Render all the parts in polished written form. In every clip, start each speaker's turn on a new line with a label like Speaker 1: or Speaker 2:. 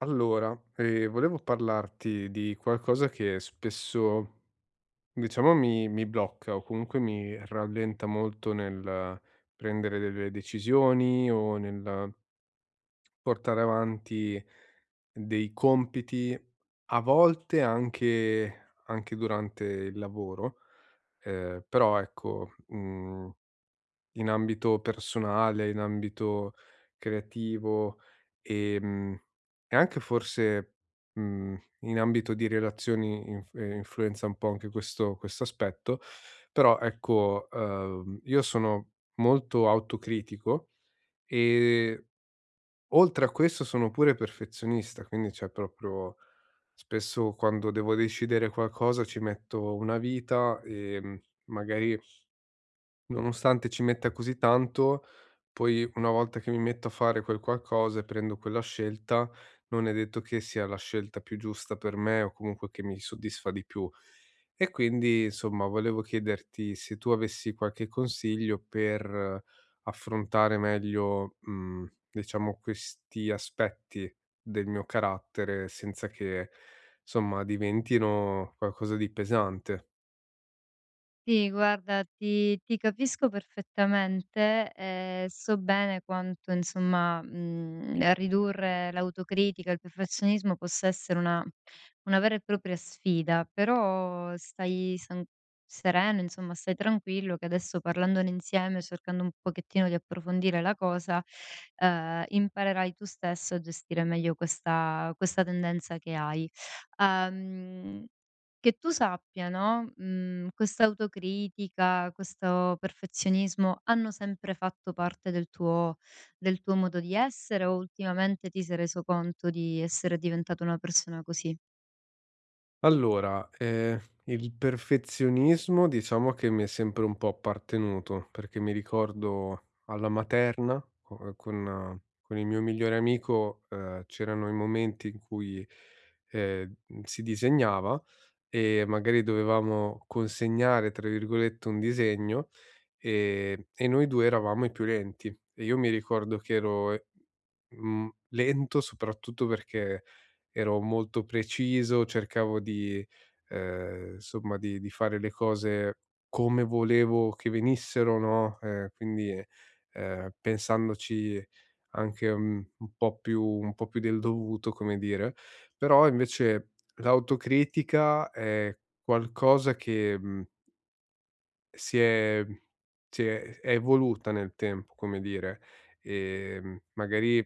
Speaker 1: Volevo parlarti di qualcosa che spesso, diciamo, mi blocca o comunque mi rallenta molto nel prendere delle decisioni o nel portare avanti dei compiti, a volte anche durante il lavoro. Però ecco, mhmm in ambito personale, in ambito creativo, ehm, e anche forse, in ambito di relazioni influenza un po' anche questo aspetto, però ecco, io sono molto autocritico e oltre a questo sono pure perfezionista, quindi cioè proprio spesso quando devo decidere qualcosa ci metto una vita, magari, nonostante ci metta così tanto, poi una volta che mi metto a fare quel qualcosa e prendo quella scelta, non è detto che sia la scelta più giusta per me o comunque che mi soddisfa di più. E quindi, insomma, volevo chiederti se tu avessi qualche consiglio per affrontare meglio, diciamo questi aspetti del mio carattere senza che, somma, diventino qualcosa di pesante.
Speaker 2: Sì, guarda, ti capisco perfettamente, so bene quanto insomma, ridurre l'autocritica, il perfezionismo possa essere una vera e propria sfida, però stai san sereno, insomma, stai tranquillo che adesso parlandone insieme, cercando un pochettino di approfondire la cosa, imparerai tu stesso a gestire meglio questa tendenza che hai. Uhm che tu sappia, no, questa autocritica, questo perfezionismo hanno sempre fatto parte del tuo modo di essere o ultimamente ti sei reso conto di essere diventata una persona così?
Speaker 1: Il perfezionismo diciamo che mi è sempre un po' appartenuto, perché mi ricordo alla materna co con il mio migliore amico, c'erano i momenti in cui, si disegnava e magari dovevamo "consegnare" tra virgolette un disegno, e noi 2 eravamo i più lenti. E io mi ricordo che ero, lento soprattutto perché ero molto preciso, cercavo di, insomma, di fare le cose come volevo che venissero, no, quindi, pensandoci anche, un po' più del dovuto, come dire. Però invece l'autocritica è qualcosa che, si è si è evoluta nel tempo, come dire. Magari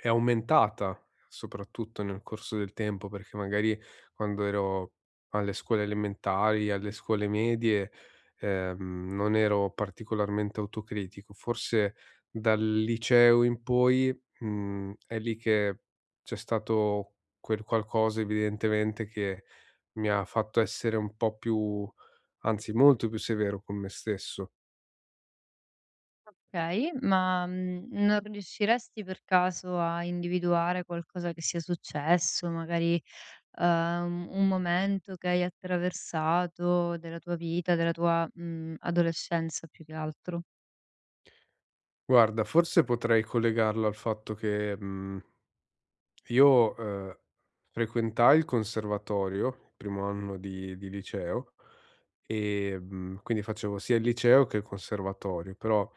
Speaker 1: è aumentata soprattutto nel corso del tempo, perché magari quando ero alle scuole elementari, alle scuole medie, non ero particolarmente autocritico. Forse dal liceo in poi, è lì che c'è stato quel qualcosa evidentemente che mi ha fatto essere un po' più, anzi molto più severo con me stesso.
Speaker 2: Okay, ma, non riusciresti per caso a individuare qualcosa che sia successo, magari, uhm, un momento che hai attraversato della tua vita, della tua, adolescenza più che altro?
Speaker 1: Guarda, forse potrei collegarlo al fatto che, mhmm io, frequentai il conservatorio, il primo anno di liceo, quindi facevo sia il liceo che il conservatorio, però,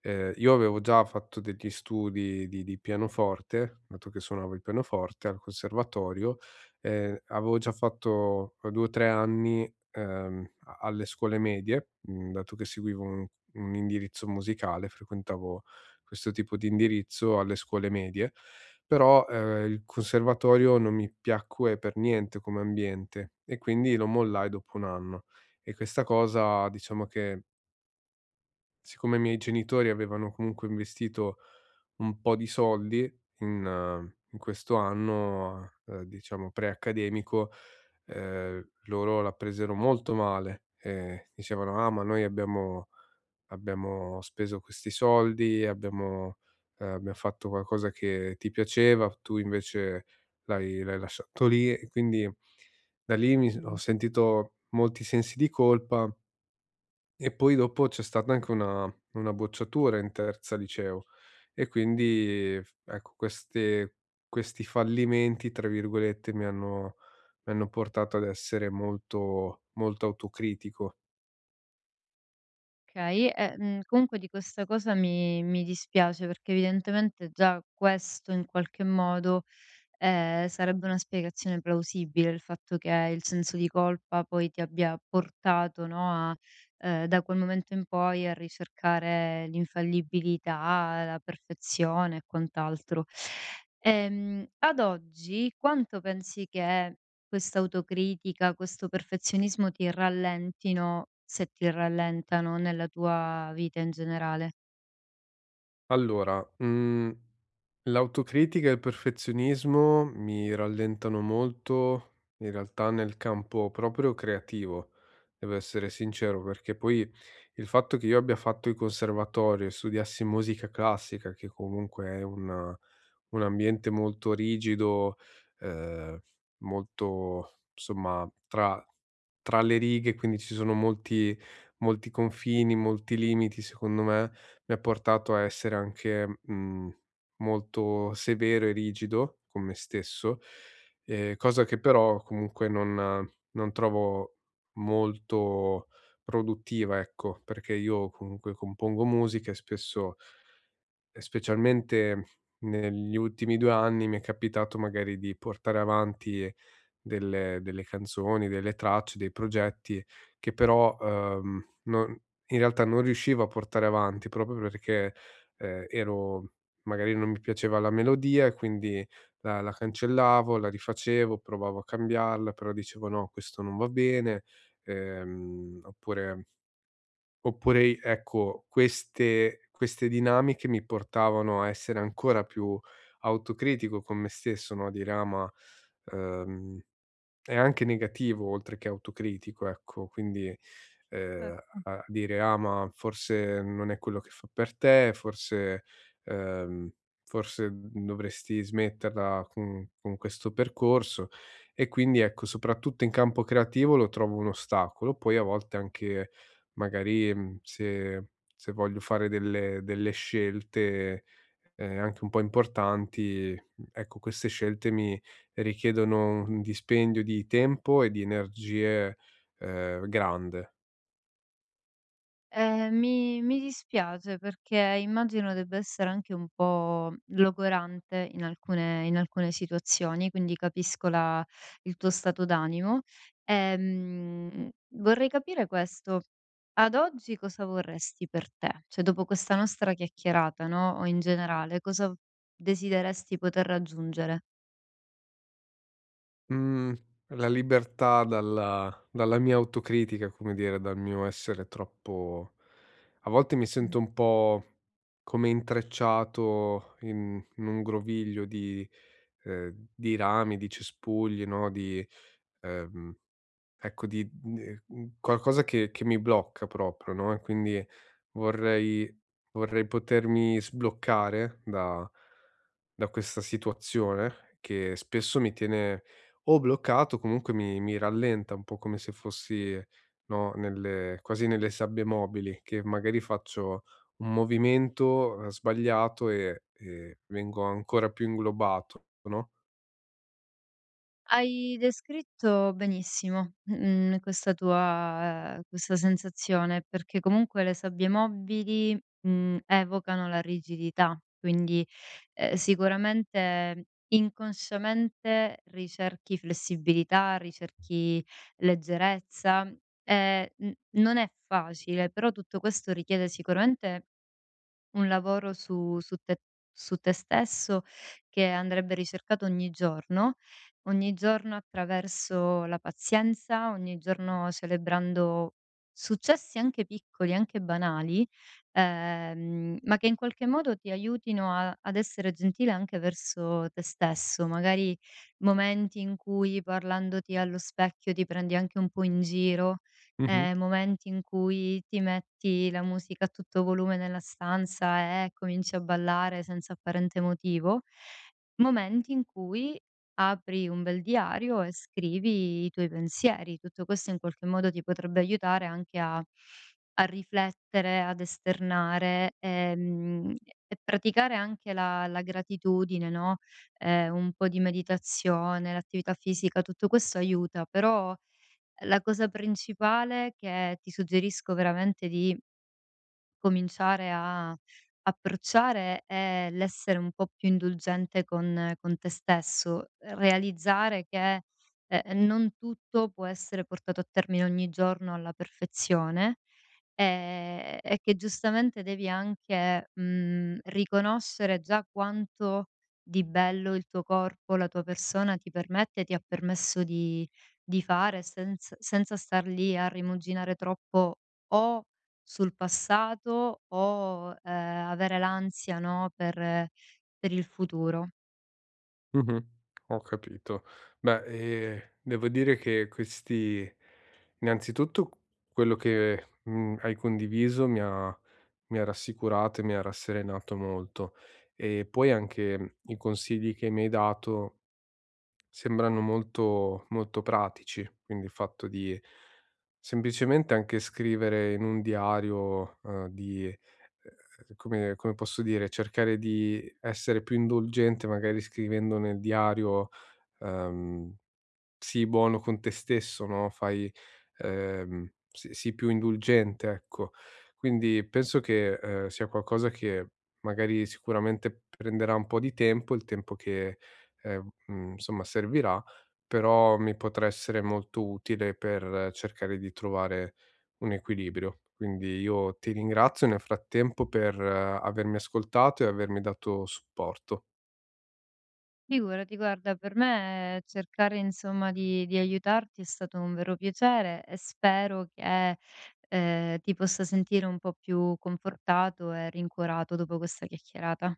Speaker 1: io avevo già fatto degli studi di pianoforte, dato che suonavo il pianoforte al conservatorio. Avevo già fatto 2 o 3 anni, a alle scuole medie, dato che seguivo un indirizzo musicale, frequentavo questo tipo di indirizzo alle scuole medie, però, il conservatorio non mi piacque per niente come ambiente e quindi lo mollai dopo 1 anno. E questa cosa, diciamo che, siccome i miei genitori avevano comunque investito un po' di soldi in in questo anno, diciamo pre-accademico, loro la presero molto male e dicevano: "Ah, ma noi abbiamo speso questi soldi, abbiamo abbiam fatto qualcosa che ti piaceva, tu invece l'hai lasciato lì". E quindi da lì mi s ho sentito molti sensi di colpa, e poi dopo c'è stata anche una bocciatura in terza liceo. E quindi f ecco, queste questi "fallimenti" tra virgolette mi hanno portato ad essere molto molto autocritico.
Speaker 2: Okay, e, comunque di questa cosa mi dispiace perché evidentemente già questo in qualche modo, sarebbe una spiegazione plausibile, il fatto che il senso di colpa poi ti abbia portato, no, a da quel momento in poi a ricercare l'infallibilità, la perfezione e quant'altro. Ad oggi quanto pensi che questa autocritica, questo perfezionismo ti rallentino, se ti rallentano, nella tua vita in generale?
Speaker 1: Allora, l'autocritica e il perfezionismo mi rallentano molto, in realtà, nel campo proprio creativo, devo essere sincero, perché poi il fatto che io abbia fatto il conservatorio e studiassi musica classica, che comunque è un ambiente molto rigido, ehm, molto, insomma, tra le righe, quindi ci sono molti confini, molti limiti, secondo me mi ha portato a essere anche, molto severo e rigido con me stesso, cosa che però comunque non trovo molto produttiva, ecco, perché io comunque compongo musica e spesso e specialmente negli ultimi 2 anni mi è capitato magari di portare avanti delle canzoni, delle tracce, dei progetti che però, non, in realtà, non riuscivo a portare avanti proprio perché, ero magari non mi piaceva la melodia e quindi la cancellavo, la rifacevo, provavo a cambiarla, però dicevo: "No, questo non va bene", oppure, oppure, ecco, queste dinamiche mi portavano a essere ancora più autocritico con me stesso, no, a dire: "Ah, ma, ehm" è anche negativo oltre che autocritico, ecco, quindi, ehm,
Speaker 2: Certo.
Speaker 1: a dire: "Ah, ma forse non è quello che fa per te, forse ehm, forse dovresti smetterla con questo percorso". E quindi, ecco, soprattutto in campo creativo lo trovo un ostacolo. Poi a volte anche magari, se voglio fare delle scelte anche un po' importanti, ecco queste scelte mi richiedono un dispendio di tempo e di energie, grande.
Speaker 2: Mi dispiace perché immagino debba essere anche un po' logorante in alcune situazioni, quindi capisco la il tuo stato d'animo. Ehm, vorrei capire questo: ad oggi cosa vorresti per te? Cioè, dopo questa nostra chiacchierata, no, o in generale, cosa desideresti poter raggiungere?
Speaker 1: Mhmm, la libertà dalla mia autocritica, come dire, dal mio essere troppo, a volte mi sento un po' come intrecciato in un groviglio di rami, di cespugli, no, di ehm ecco, qualcosa che mi blocca proprio, no, e quindi vorrei vorrei potermi sbloccare da questa situazione che spesso mi tiene o bloccato o comunque mi rallenta, un po' come se fossi, no, nelle, quasi nelle sabbie mobili, che magari faccio un movimento, sbagliato, e vengo ancora più inglobato, no?
Speaker 2: Hai descritto benissimo, questa tua questa sensazione, perché comunque le sabbie mobili, evocano la rigidità, quindi, sicuramente inconsciamente ricerchi flessibilità, ricerchi leggerezza, n non è facile, però tutto questo richiede sicuramente un lavoro su su te stesso che andrebbe ricercato ogni giorno attraverso la pazienza, ogni giorno celebrando successi anche piccoli, anche banali, ma che in qualche modo ti aiutino a ad essere gentile anche verso te stesso. Magari momenti in cui parlandoti allo specchio ti prendi anche un po' in giro, momenti in cui ti metti la musica a tutto volume nella stanza e cominci a ballare senza apparente motivo, momenti in cui apri un bel diario e scrivi i tuoi pensieri. Tutto questo in qualche modo ti potrebbe aiutare anche a a riflettere, ad esternare, e praticare anche la la gratitudine, no, un po' di meditazione, l'attività fisica, tutto questo aiuta, però la cosa principale che ti suggerisco veramente di cominciare a approcciare è l'essere un po' più indulgente con te stesso, realizzare che, non tutto può essere portato a termine ogni giorno alla perfezione. E che giustamente devi anche, riconoscere già quanto di bello il tuo corpo, la tua persona ti permette, ti ha permesso di fare senza star lì a rimuginare troppo o sul passato o, avere l'ansia, no, per il futuro.
Speaker 1: Mh-mh. Ho capito. Beh, devo dire che questi, innanzitutto quello che, hai condiviso mi ha rassicurato e mi ha rasserenato molto. E poi anche i consigli che mi hai dato sembrano molto molto pratici, quindi il fatto di semplicemente anche scrivere in un diario, di come posso dire, cercare di essere più indulgente magari scrivendo nel diario, ehm, sii buono con te stesso, no, fai si sii più indulgente, ecco. Quindi penso che, sia qualcosa che magari sicuramente prenderà un po' di tempo, il tempo che, insomma, servirà, però mi potrà essere molto utile per cercare di trovare un equilibrio. Quindi io ti ringrazio nel frattempo per avermi ascoltato e avermi dato supporto.
Speaker 2: Figurati, guarda, per me cercare insomma di aiutarti è stato un vero piacere e spero che ti possa sentire un po' più confortato e rincuorato dopo questa chiacchierata.